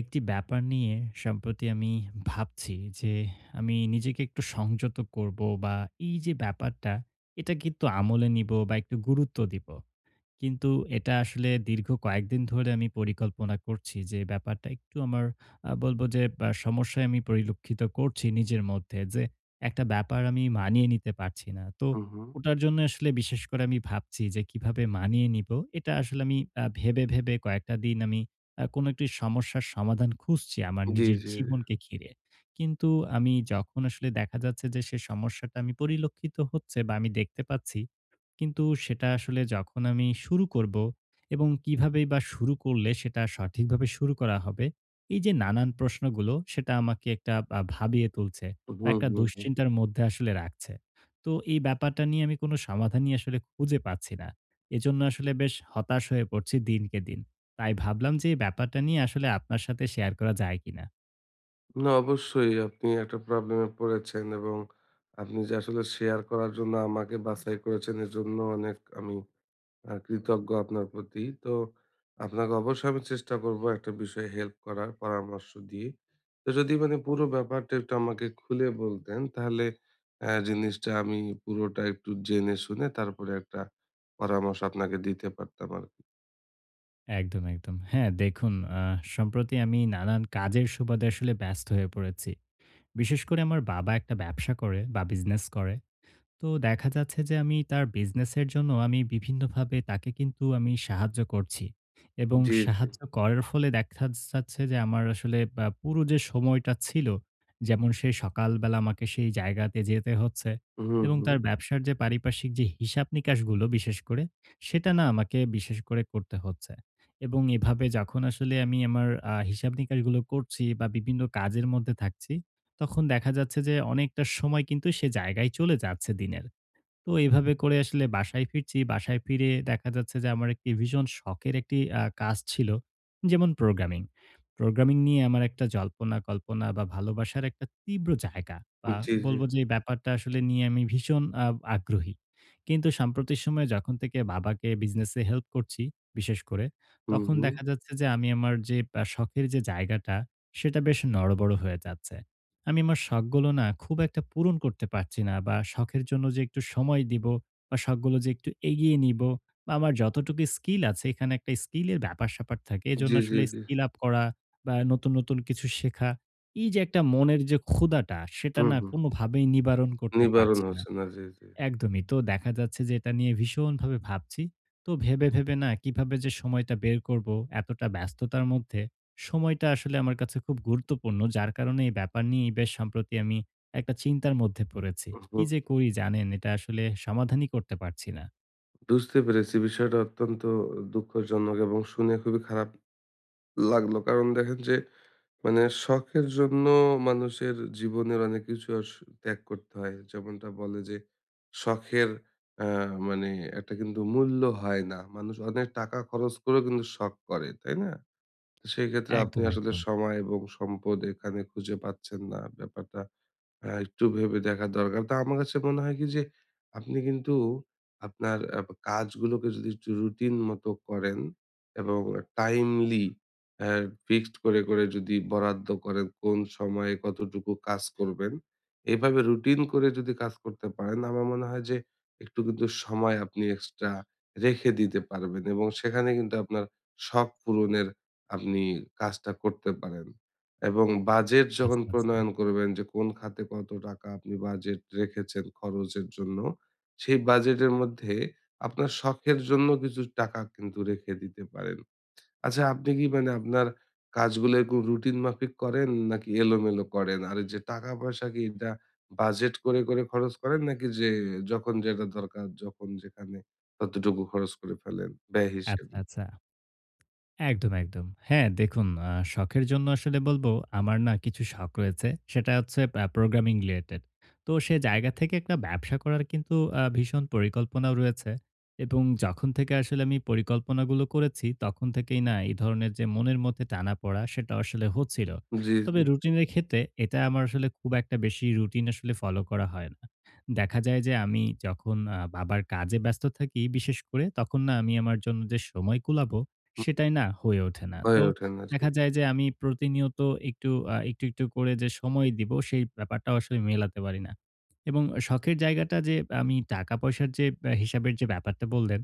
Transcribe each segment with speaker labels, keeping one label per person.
Speaker 1: একটি ব্যাপার নিয়ে সম্প্রতি আমি ভাবছি যে আমি নিজেকে একটু সংযত করব, বা এই যে ব্যাপারটা, এটা কিন্তু আমলে নিব বা একটু গুরুত্ব দিব। কিন্তু এটা আসলে দীর্ঘ কয়েকদিন ধরে আমি পরিকল্পনা করছি যে ব্যাপারটা একটু আমার, বলব যে, সমস্যায় আমি পরিলক্ষিত করছি নিজের মধ্যে যে একটা ব্যাপার আমি মানিয়ে নিতে পারছি না। তো
Speaker 2: হুম, হুম।
Speaker 1: ওটার জন্য আসলে বিশেষ করে আমি ভাবছি যে কিভাবে মানিয়ে নিবো? এটা আসলে আমি ভেবে, ভেবে কয়েকটা দিন আমি কোনো একটি সমস্যার সমাধান খুঁজছি আমার
Speaker 2: জি,
Speaker 1: নিজের
Speaker 2: জি, জি।
Speaker 1: জীবনকে ঘিরে। কিন্তু আমি যখন আসলে দেখা যাচ্ছে যে সে সমস্যাটা আমি পরিলক্ষিত হচ্ছে বা আমি দেখতে পাচ্ছি, কিন্তু সেটা আসলে যখন আমি শুরু করব এবং কিভাবেই বা শুরু করলে সেটা সঠিকভাবে শুরু করা হবে, এই যে নানান প্রশ্নগুলো সেটা আমাকে একটা ভাবিয়ে তুলছে বা
Speaker 2: হুম,
Speaker 1: একটা
Speaker 2: হুম, হুম।
Speaker 1: দুশ্চিন্তার মধ্যে আসলে রাখছে। তো এই ব্যাপারটা নিয়ে আমি কোনো সমাধানই আসলে খুঁজে পাচ্ছি না। এজন্য আসলে বেশ হতাশ হয়ে পড়ছি দিনকে দিন। তাই ভাবলাম যে এই ব্যাপারটা নিয়ে আসলে আপনার সাথে শেয়ার করা যায় কিনা?
Speaker 2: না, অবশ্যই আপনি একটা প্রবলেমে পড়েছেন, এবং আপনি যে আসলে শেয়ার করার জন্য আমাকে বাছাই করেছেন এজন্য অনেক আমি কৃতজ্ঞ আপনার প্রতি। তো আপনাকে অবশ্যই আমি চেষ্টা করব একটা বিষয়ে হেল্প করার পরামর্শ দিয়ে। তো যদি মানে পুরো ব্যাপারটা একটু আমাকে খুলে বলতেন, তাহলে জিনিসটা আমি পুরোটা একটু জেনে শুনে তারপরে একটা পরামর্শ আপনাকে দিতে পারতাম আরকি।
Speaker 1: একদম, একদম। হ্যাঁ, দেখুন, আ সম্প্রতি আমি নানান কাজের সুবাদে আসলে ব্যস্ত হয়ে পড়েছি। বিশেষ করে আমার বাবা একটা ব্যবসা করে বা বিজনেস করে। তো দেখা যাচ্ছে যে আমি তার বিজনেসের জন্য আমি বিভিন্নভাবে তাকে কিন্তু আমি সাহায্য করছি। এবং
Speaker 2: জি, জি।
Speaker 1: সাহায্য করার ফলে দেখা যাচ্ছে যে আমার আসলে বা পুরো যে সময়টা ছিল, যেমন সে সকালবেলা আমাকে সেই জায়গাতে যেতে হচ্ছে
Speaker 2: হুম,
Speaker 1: এবং
Speaker 2: হুম।
Speaker 1: তার ব্যবসার যে পারিপার্শ্বিক যে হিসাব-নিকাশগুলো বিশেষ করে, সেটা না আমাকে বিশেষ করে করতে হচ্ছে। এবং এভাবে যখন আসলে আমি আমার হিসাব-নিকাশগুলো করছি বা বিভিন্ন কাজের মধ্যে থাকছি, তখন দেখা যাচ্ছে যে অনেকটা সময় কিন্তু সে জায়গায় চলে যাচ্ছে দিনের। তো এভাবে করে আসলে বাসায় ফিরছি। বাসায় ফিরে দেখা যাচ্ছে যে আমার একটি ভীষণ শখের একটি কাজ ছিল। যেমন প্রোগ্রামিং। প্রোগ্রামিং নিয়ে আমার একটা জল্পনা কল্পনা বা ভালোবাসার একটা তীব্র জায়গা, বা
Speaker 2: জি, জি।
Speaker 1: বলব যে এই ব্যাপারটা আসলে নিয়ে আমি ভীষণ আগ্রহী। কিন্তু সাম্প্রতিক সময়ে যখন থেকে বাবাকে বিজনেসে হেল্প করছি বিশেষ করে,
Speaker 2: হুম,
Speaker 1: তখন
Speaker 2: হুম।
Speaker 1: দেখা যাচ্ছে যে আমি আমার যে শখের যে জায়গাটা, সেটা বেশ নড়বড় হয়ে যাচ্ছে। আমি আমার শখগুলো না খুব একটা পূরণ করতে পারছি না, বা শখের জন্য যে একটু সময় দিব বা শখগুলো যে একটু এগিয়ে নিব, বা আমার যতটুকু স্কিল আছে, এখানে একটা স্কিলের ব্যাপার-স্যাপার থাকে। এজন্য
Speaker 2: জি, জি,
Speaker 1: আসলে
Speaker 2: জি।
Speaker 1: স্কিল আপ করা বা নতুন, নতুন কিছু শেখা, এই যে একটা মনের যে ক্ষুধাটা, সেটা
Speaker 2: হুম,
Speaker 1: না
Speaker 2: হুম।
Speaker 1: কোনোভাবেই নিবারণ করতে
Speaker 2: নিবারণ
Speaker 1: পারছি না।
Speaker 2: হচ্ছে না। জি, জি।
Speaker 1: একদমই। তো দেখা যাচ্ছে যে এটা নিয়ে ভীষণভাবে ভাবছি। তো ভেবে, ভেবে না কিভাবে যে সময়টা বের করব এতটা ব্যস্ততার মধ্যে, সময়টা আসলে আমার কাছে খুব গুরুত্বপূর্ণ। যার কারণে এই ব্যাপার নিয়েই বেশ সম্প্রতি আমি একটা চিন্তার মধ্যে পড়েছি। কি
Speaker 2: হুম,
Speaker 1: যে করি জানেন, এটা আসলে সমাধানই করতে পারছি না।
Speaker 2: বুঝতে পেরেছি। বিষয়টা অত্যন্ত দুঃখজনক, এবং শুনে খুবই খারাপ লাগলো। কারণ দেখেন যে মানে শখের জন্য মানুষের জীবনের অনেক কিছু ত্যাগ করতে হয়। যেমনটা বলে যে শখের আ মানে একটা কিন্তু মূল্য হয় না। মানুষ অনেক টাকা খরচ করেও কিন্তু শখ করে, তাই না? তো সেক্ষেত্রে আপনি
Speaker 1: একদম,
Speaker 2: আসলে
Speaker 1: একদম।
Speaker 2: সময় এবং সম্পদ এখানে খুঁজে পাচ্ছেন না। ব্যাপারটা একটু ভেবে দেখা দরকার। তো আমার কাছে মনে হয় কি যে, আপনি কিন্তু আপনার কাজগুলোকে যদি একটু রুটিন মতো করেন, এবং টাইমলি অ্যা ফিক্সড করে যদি বরাদ্দ করেন কোন সময়ে কতটুকু কাজ করবেন, এভাবে রুটিন করে যদি কাজ করতে পারেন, আমার মনে হয় যে একটু কিন্তু সময় আপনি এক্সট্রা রেখে দিতে পারবেন, এবং সেখানে কিন্তু আপনার শখ পূরণের আপনি কাজটা করতে পারেন। এবং বাজেট যখন
Speaker 1: আচ্ছা, আচ্ছা।
Speaker 2: প্রণয়ন করবেন যে কোন খাতে কত টাকা আপনি বাজেট রেখেছেন খরচের জন্য, সেই বাজেটের মধ্যে আপনার শখের জন্য কিছু টাকা কিন্তু রেখে দিতে পারেন। আচ্ছা, আপনি কি মানে আপনার কাজগুলো এরকম রুটিন মাফিক করেন নাকি এলোমেলো করেন? আর এই যে টাকা-পয়সা কি এটা বাজেট করে খরচ করেন, নাকি যে যখন যেটা দরকার যখন যেখানে ততটুকু খরচ করে ফেলেন ব্যয়
Speaker 1: আচ্ছা,
Speaker 2: হিসেবে?
Speaker 1: আচ্ছা। একদম, একদম। হ্যাঁ, দেখুন, শখের জন্য আসলে বলবো, আমার না কিছু শখ রয়েছে। সেটা হচ্ছে প্রোগ্রামিং রিলেটেড। তো সে জায়গা থেকে একটা ব্যবসা করার কিন্তু ভীষণ পরিকল্পনাও রয়েছে, এবং যখন থেকে আসলে আমি পরিকল্পনাগুলো করেছি, তখন থেকেই না এই ধরনের যে মনের মধ্যে টানাপড়া, সেটা আসলে হচ্ছিল।
Speaker 2: জি, জি।
Speaker 1: তবে রুটিনের ক্ষেত্রে এটা আমার আসলে খুব একটা বেশি রুটিন আসলে ফলো করা হয় না। দেখা যায় যে আমি যখন বাবার কাজে ব্যস্ত থাকি বিশেষ করে, তখন না আমি আমার জন্য যে সময় কুলাবো,
Speaker 2: হুম,
Speaker 1: সেটাই না হয়ে ওঠে না।
Speaker 2: হয়ে
Speaker 1: তো
Speaker 2: ওঠে না। জি।
Speaker 1: দেখা যায় যে আমি প্রতিনিয়ত একটু একটু, একটু করে যে সময় দিব, সেই ব্যাপারটাও আসলে মেলাতে পারি না। এবং শখের জায়গাটা যে আমি টাকা-পয়সার যে হিসাবের যে ব্যাপারটা বললেন,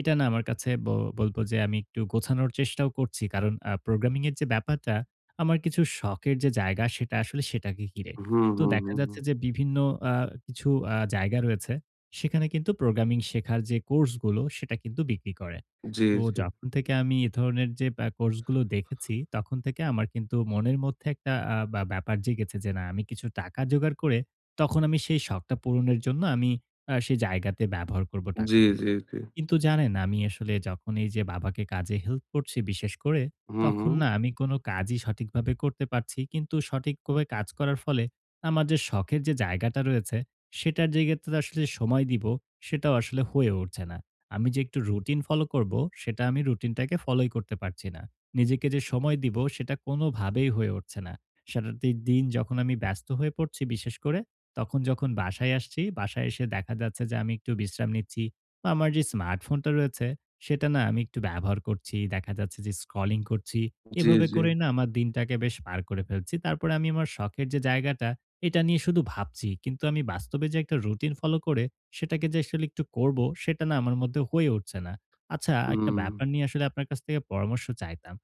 Speaker 1: এটা না আমার কাছে বলব যে আমি একটু গোছানোর চেষ্টাও করছি। কারণ প্রোগ্রামিং এর যে ব্যাপারটা, আমার কিছু শখের যে জায়গা সেটা আসলে সেটাকে ঘিরে।
Speaker 2: হুম,
Speaker 1: তো
Speaker 2: হুম,
Speaker 1: দেখা
Speaker 2: হুম, হুম।
Speaker 1: যাচ্ছে যে বিভিন্ন আ কিছু জায়গা রয়েছে, সেখানে কিন্তু প্রোগ্রামিং শেখার যে কোর্সগুলো সেটা কিন্তু বিক্রি করে।
Speaker 2: জি,
Speaker 1: তো
Speaker 2: জি।
Speaker 1: যখন থেকে আমি এ ধরনের যে কোর্সগুলো দেখেছি, তখন থেকে আমার কিন্তু মনের মধ্যে একটা আ ব্যা ব্যাপার জেগেছে যে, না আমি কিছু টাকা জোগাড় করে তখন আমি সেই শখটা পূরণের জন্য আমি সেই জায়গাতে ব্যবহার করব
Speaker 2: জি,
Speaker 1: টাকাগুলো।
Speaker 2: জি, জি।
Speaker 1: কিন্তু জানেন, আমি আসলে যখন এই যে বাবাকে কাজে হেল্প করছি বিশেষ করে,
Speaker 2: হুম, হুম।
Speaker 1: তখন না আমি কোনো কাজই সঠিকভাবে করতে পারছি। কিন্তু সঠিকভাবে কাজ করার ফলে আমার যে শখের যে জায়গাটা রয়েছে, সেটার জায়গাতে তো আসলে সময় দিব, সেটাও আসলে হয়ে উঠছে না। আমি যে একটু রুটিন ফলো করব, সেটা আমি রুটিনটাকে ফলোই করতে পারছি না। নিজেকে যে সময় দিব, সেটা কোনোভাবেই হয়ে উঠছে না। সারাটি দিন যখন আমি ব্যস্ত হয়ে পড়ছি বিশেষ করে, তখন যখন বাসায় আসছি, বাসায় এসে দেখা যাচ্ছে যে আমি একটু বিশ্রাম নিচ্ছি। বা আমার যে স্মার্টফোনটা রয়েছে, সেটা না আমি একটু ব্যবহার করছি। দেখা যাচ্ছে যে স্ক্রলিং করছি।
Speaker 2: জি,
Speaker 1: এভাবে
Speaker 2: জি।
Speaker 1: করেই না আমার দিনটাকে বেশ পার করে ফেলছি। তারপরে আমি আমার শখের যে জায়গাটা, এটা নিয়ে শুধু ভাবছি। কিন্তু আমি বাস্তবে যে একটা রুটিন ফলো করে সেটাকে যে আসলে একটু করব, সেটা না আমার মধ্যে হয়ে উঠছে না। আচ্ছা, একটা
Speaker 2: হুম।
Speaker 1: ব্যাপার নিয়ে আসলে আপনার কাছ থেকে পরামর্শ চাইতাম।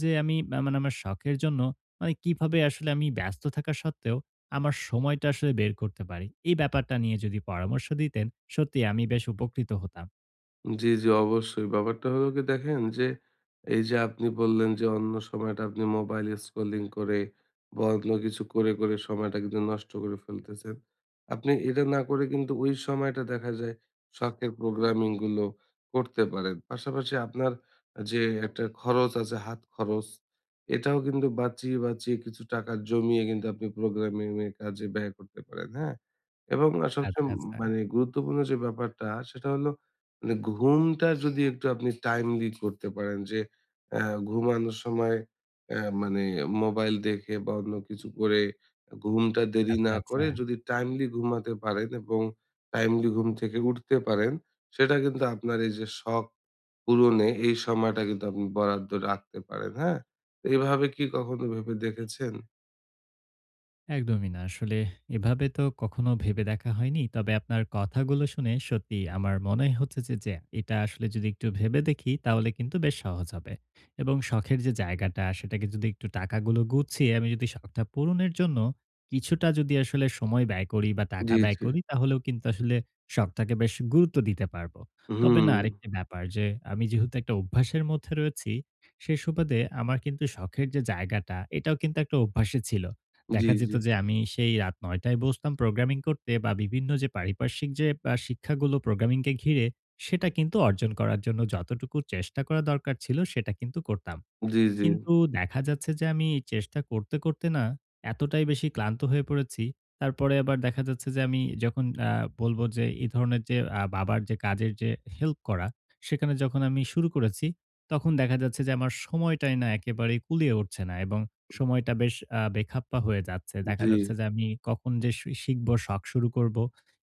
Speaker 1: যে আমি মানে আমার শখের জন্য, মানে কিভাবে আসলে আমি ব্যস্ত থাকা সত্ত্বেও আমার সময়টা আসলে বের করতে পারি। এই ব্যাপারটা নিয়ে যদি পরামর্শ দিতেন, সত্যিই আমি বেশ উপকৃত হতাম।
Speaker 2: জি, জি, অবশ্যই। ব্যাপারটা হলো কি দেখেন যে, এই যে আপনি বললেন যে অন্য সময়টা আপনি মোবাইল স্ক্রলিং করে বা অন্য কিছু করে সময়টা কিন্তু নষ্ট করে ফেলতেছেন। আপনি এটা না করে কিন্তু ওই সময়টা দেখা যায় শখের প্রোগ্রামিং গুলো করতে পারেন। পাশাপাশি আপনার যে একটা খরচ আছে হাত খরচ, এটাও কিন্তু বাঁচিয়ে, বাঁচিয়ে কিছু টাকা জমিয়ে কিন্তু আপনি প্রোগ্রামিং এর কাজে ব্যয় করতে পারেন, হ্যাঁ? এবং সবচেয়ে
Speaker 1: আচ্ছা, আচ্ছা।
Speaker 2: মানে গুরুত্বপূর্ণ যে ব্যাপারটা সেটা হলো, মানে ঘুমটা যদি একটু আপনি টাইমলি করতে পারেন, যে আ ঘুমানোর সময় মানে মোবাইল দেখে বা অন্য কিছু করে ঘুমটা দেরি
Speaker 1: আচ্ছা,
Speaker 2: না
Speaker 1: আচ্ছা।
Speaker 2: করে যদি টাইমলি ঘুমাতে পারেন এবং টাইমলি ঘুম থেকে উঠতে পারেন, সেটা কিন্তু আপনার এই যে শখ পূরণে এই সময়টা কিন্তু আপনি বরাদ্দ রাখতে পারেন, হ্যাঁ? তো এভাবে কি কখনো ভেবে দেখেছেন?
Speaker 1: একদমই না। আসলে এভাবে তো কখনো ভেবে দেখা হয়নি। তবে আপনার কথাগুলো শুনে সত্যিই আমার মনে হচ্ছে যে এটা আসলে যদি একটু ভেবে দেখি, তাহলে কিন্তু বেশ সহজ হবে। এবং শখের যে জায়গাটা সেটাকে যদি একটু টাকাগুলো গুছিয়ে আমি যদি শখটা পূরণের জন্য কিছুটা যদি আসলে সময় ব্যয় করি বা
Speaker 2: জি,
Speaker 1: টাকা ব্যয়
Speaker 2: জি।
Speaker 1: করি, তাহলেও কিন্তু আসলে শখটাকে বেশ গুরুত্ব দিতে পারবো। তবে
Speaker 2: হুম।
Speaker 1: না আরেকটি ব্যাপার, যে আমি যেহেতু একটা অভ্যাসের মধ্যে রয়েছি, সে সুবাদে আমার কিন্তু শখের যে জায়গাটা, এটাও কিন্তু একটা অভ্যাসে ছিল।
Speaker 2: জি,
Speaker 1: দেখা
Speaker 2: জি।
Speaker 1: যেত যে আমি সেই রাত ৯ঃ০০ টায় বসতাম প্রোগ্রামিং করতে, বা বিভিন্ন যে পারিপার্শ্বিক যে শিক্ষাগুলো প্রোগ্রামিংকে ঘিরে, সেটা কিন্তু অর্জন করার জন্য যতটুকু চেষ্টা করা দরকার ছিল, সেটা কিন্তু করতাম।
Speaker 2: জি, জি।
Speaker 1: কিন্তু দেখা যাচ্ছে যে আমি চেষ্টা করতে, করতে না এতটাই বেশি ক্লান্ত হয়ে পড়েছি। তারপরে আবার দেখা যাচ্ছে যে আমি যখন বলব যে এই ধরনের যে বাবার যে কাজের যে হেল্প করা, সেখানে যখন আমি শুরু করেছি, তখন দেখা যাচ্ছে যে আমার সময়টাই না একেবারেই কুলিয়ে উঠছে না এবং সময়টা বেশ বেখাপ্পা হয়ে যাচ্ছে। দেখা
Speaker 2: জি,
Speaker 1: যাচ্ছে যে আমি কখন যে শিখব, শখ শুরু করব,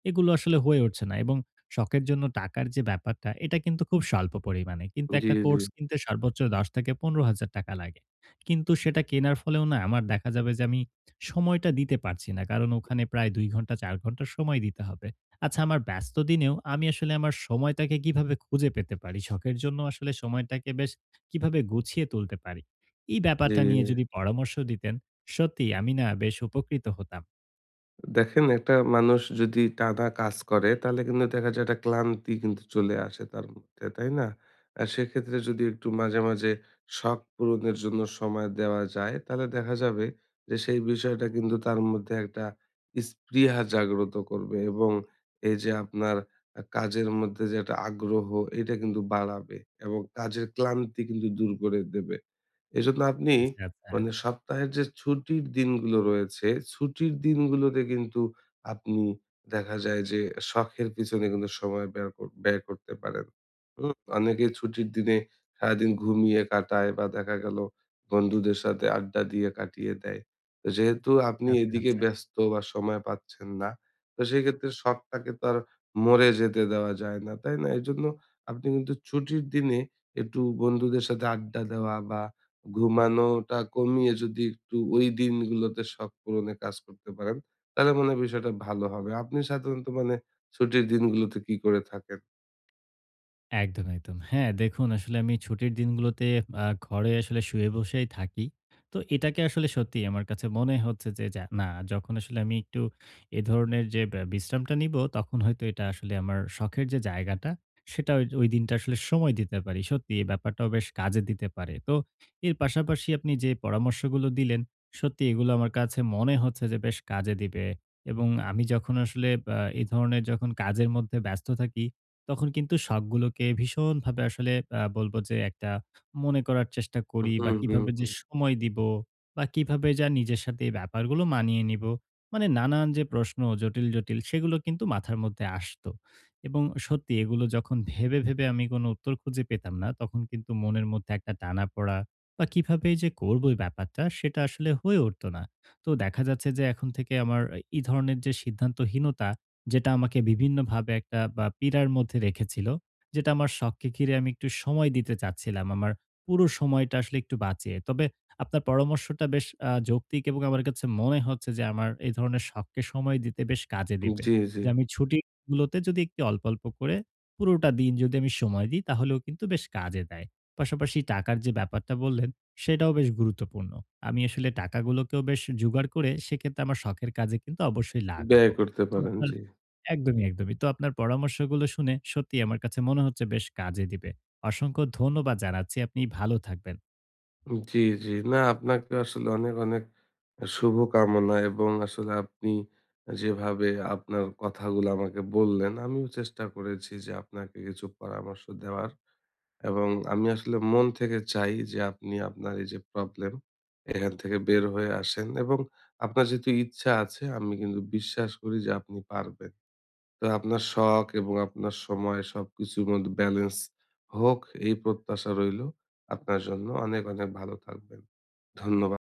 Speaker 1: এগুলো আসলে হয়ে উঠছে না এবং শখের জন্য টাকার যে ব্যাপারটা, এটা কিন্তু খুব স্বল্প পরিমাণে। কিন্তু
Speaker 2: জি,
Speaker 1: একটা কোর্স কিনতে সর্বোচ্চ ১০ থেকে ৳১৫,০০০ লাগে। কিন্তু সেটা কেনার ফলেও না আমার দেখা যাবে যে আমি সময়টা দিতে পারছি না। কারণ ওখানে প্রায় ২ ঘন্টা ৪ ঘন্টা সময় দিতে হবে। আচ্ছা, আমার ব্যস্ত দিনেও আমি আসলে আমার সময়টাকে কিভাবে খুঁজে পেতে পারি? শখের জন্য আসলে সময়টাকে বেশ কিভাবে গুছিয়ে তুলতে পারি? এই
Speaker 2: জি,
Speaker 1: ব্যাপারটা নিয়ে
Speaker 2: জি।
Speaker 1: যদি পরামর্শ দিতেন, সত্যিই আমি না বেশ উপকৃত হতাম।
Speaker 2: দেখেন, একটা মানুষ যদি টানা কাজ করে তাহলে কিন্তু দেখা যায় একটা ক্লান্তি কিন্তু চলে আসে তার মধ্যে, তাই না? আর সেক্ষেত্রে যদি একটু মাঝে মাঝে শখ পূরণের জন্য সময় দেওয়া যায়, তাহলে দেখা যাবে যে সেই বিষয়টা কিন্তু তার মধ্যে একটা স্পৃহা জাগ্রত করবে, এবং এই যে আপনার কাজের মধ্যে যে একটা আগ্রহ, এটা কিন্তু বাড়াবে এবং কাজের ক্লান্তি কিন্তু দূর করে দেবে। এজন্য আপনি
Speaker 1: আচ্ছা, আচ্ছা।
Speaker 2: মানে সপ্তাহের যে ছুটির দিনগুলো রয়েছে, ছুটির দিনগুলোতে কিন্তু আপনি দেখা যায় যে শখের পিছনে কিন্তু সময় ব্যয় করতে পারেন। হুম? অনেকে ছুটির দিনে সারাদিন ঘুমিয়ে কাটায়, বা দেখা গেল বন্ধুদের সাথে আড্ডা দিয়ে কাটিয়ে দেয়। তো যেহেতু আপনি
Speaker 1: আচ্ছা,
Speaker 2: এদিকে
Speaker 1: আচ্ছা।
Speaker 2: ব্যস্ত বা সময় পাচ্ছেন না, তো সেক্ষেত্রে শখটাকে তো আর মরে যেতে দেওয়া যায় না, তাই না? এজন্য আপনি কিন্তু ছুটির দিনে একটু বন্ধুদের সাথে আড্ডা দেওয়া বা ঘুমানোটা কমিয়ে যদি একটু ওই দিনগুলোতে শখ পূরণে কাজ করতে পারেন, তাহলে মনে হয় বিষয়টা ভালো হবে। আপনি সাধারণত মানে ছুটির দিনগুলোতে কি করে থাকেন?
Speaker 1: একদম, একদম। হ্যাঁ, দেখুন, আসলে আমি ছুটির দিনগুলোতে ঘরে আসলে শুয়ে বসেই থাকি। তো এটাকে আসলে সত্যি আমার কাছে মনে হচ্ছে যে যা না, যখন আসলে আমি একটু এ ধরনের যে বিশ্রামটা নিবো, তখন হয়তো এটা আসলে আমার শখের যে জায়গাটা, সেটা ওই ওই দিনটা আসলে সময় দিতে পারি। সত্যি এই ব্যাপারটাও বেশ কাজে দিতে পারে। তো এর পাশাপাশি আপনি যে পরামর্শগুলো দিলেন, সত্যি এগুলো আমার কাছে মনে হচ্ছে যে বেশ কাজে দিবে। এবং আমি যখন আসলে এই ধরনের যখন কাজের মধ্যে ব্যস্ত থাকি, তখন কিন্তু শখগুলোকে ভীষণভাবে আসলে বলব যে একটা মনে করার চেষ্টা করি, বা
Speaker 2: হুম, হুম,
Speaker 1: কিভাবে যে
Speaker 2: হুম।
Speaker 1: সময় দিব, বা কিভাবে যা নিজের সাথে এই ব্যাপারগুলো মানিয়ে নিব। মানে নানান যে প্রশ্ন জটিল, জটিল, সেগুলো কিন্তু মাথার মধ্যে আসতো। এবং সত্যি এগুলো যখন ভেবে, ভেবে আমি কোনো উত্তর খুঁজে পেতাম না, তখন কিন্তু মনের মধ্যে একটা টানাপড়া, বা কিভাবে যে করব এই ব্যাপারটা, সেটা আসলে হয়ে উঠত না। তো দেখা যাচ্ছে যে এখন থেকে আমার এই ধরনের যে সিদ্ধান্তহীনতা, যেটা আমাকে বিভিন্নভাবে একটা বা পীড়ার মধ্যে রেখেছিল। যেটা আমার শখকে ঘিরে আমি একটু সময় দিতে চাচ্ছিলাম, আমার পুরো সময়টা আসলে একটু বাঁচিয়ে। তবে আপনার পরামর্শটা বেশ যৌক্তিক, এবং আমার কাছে মনে হচ্ছে যে আমার এই ধরনের শখকে সময় দিতে বেশ কাজে দিবে।
Speaker 2: জি, জি।
Speaker 1: যে আমি ছুটিগুলোতে যদি একটু অল্প, অল্প করে পুরোটা দিন যদি আমি সময় দিই, তাহলেও কিন্তু বেশ কাজে দেয়। পাশাপাশি টাকার যে ব্যাপারটা বললেন, সেটাও বেশ গুরুত্বপূর্ণ। আমি আসলে টাকাগুলোকেও বেশ জোগাড় করে সেক্ষেত্রে আমার শখের কাজে কিন্তু অবশ্যই
Speaker 2: ব্যয়
Speaker 1: লাগাবো।
Speaker 2: করতে
Speaker 1: তো
Speaker 2: পারেন।
Speaker 1: আপনার,
Speaker 2: জি।
Speaker 1: একদমই, একদমই। তো আপনার পরামর্শগুলো শুনে সত্যিই আমার কাছে মনে হচ্ছে বেশ কাজে দিবে। অসংখ্য ধন্যবাদ জানাচ্ছি। আপনি ভালো থাকবেন।
Speaker 2: জি, জি। না, আপনাকে আসলে অনেক, অনেক শুভকামনা, এবং আসলে আপনি যেভাবে আপনার কথাগুলো আমাকে বললেন, আমিও চেষ্টা করেছি যে আপনাকে কিছু পরামর্শ দেওয়ার। এবং আমি আসলে মন থেকে চাই যে আপনি আপনার এই যে প্রবলেম, এখান থেকে বের হয়ে আসেন, এবং আপনার যেহেতু ইচ্ছা আছে, আমি কিন্তু বিশ্বাস করি যে আপনি পারবেন। তো আপনার শখ এবং আপনার সময়, সবকিছুর মধ্যে ব্যালেন্স হোক, এই প্রত্যাশা রইলো। আপনার জন্য অনেক অনেক ভালো থাকবেন। ধন্যবাদ।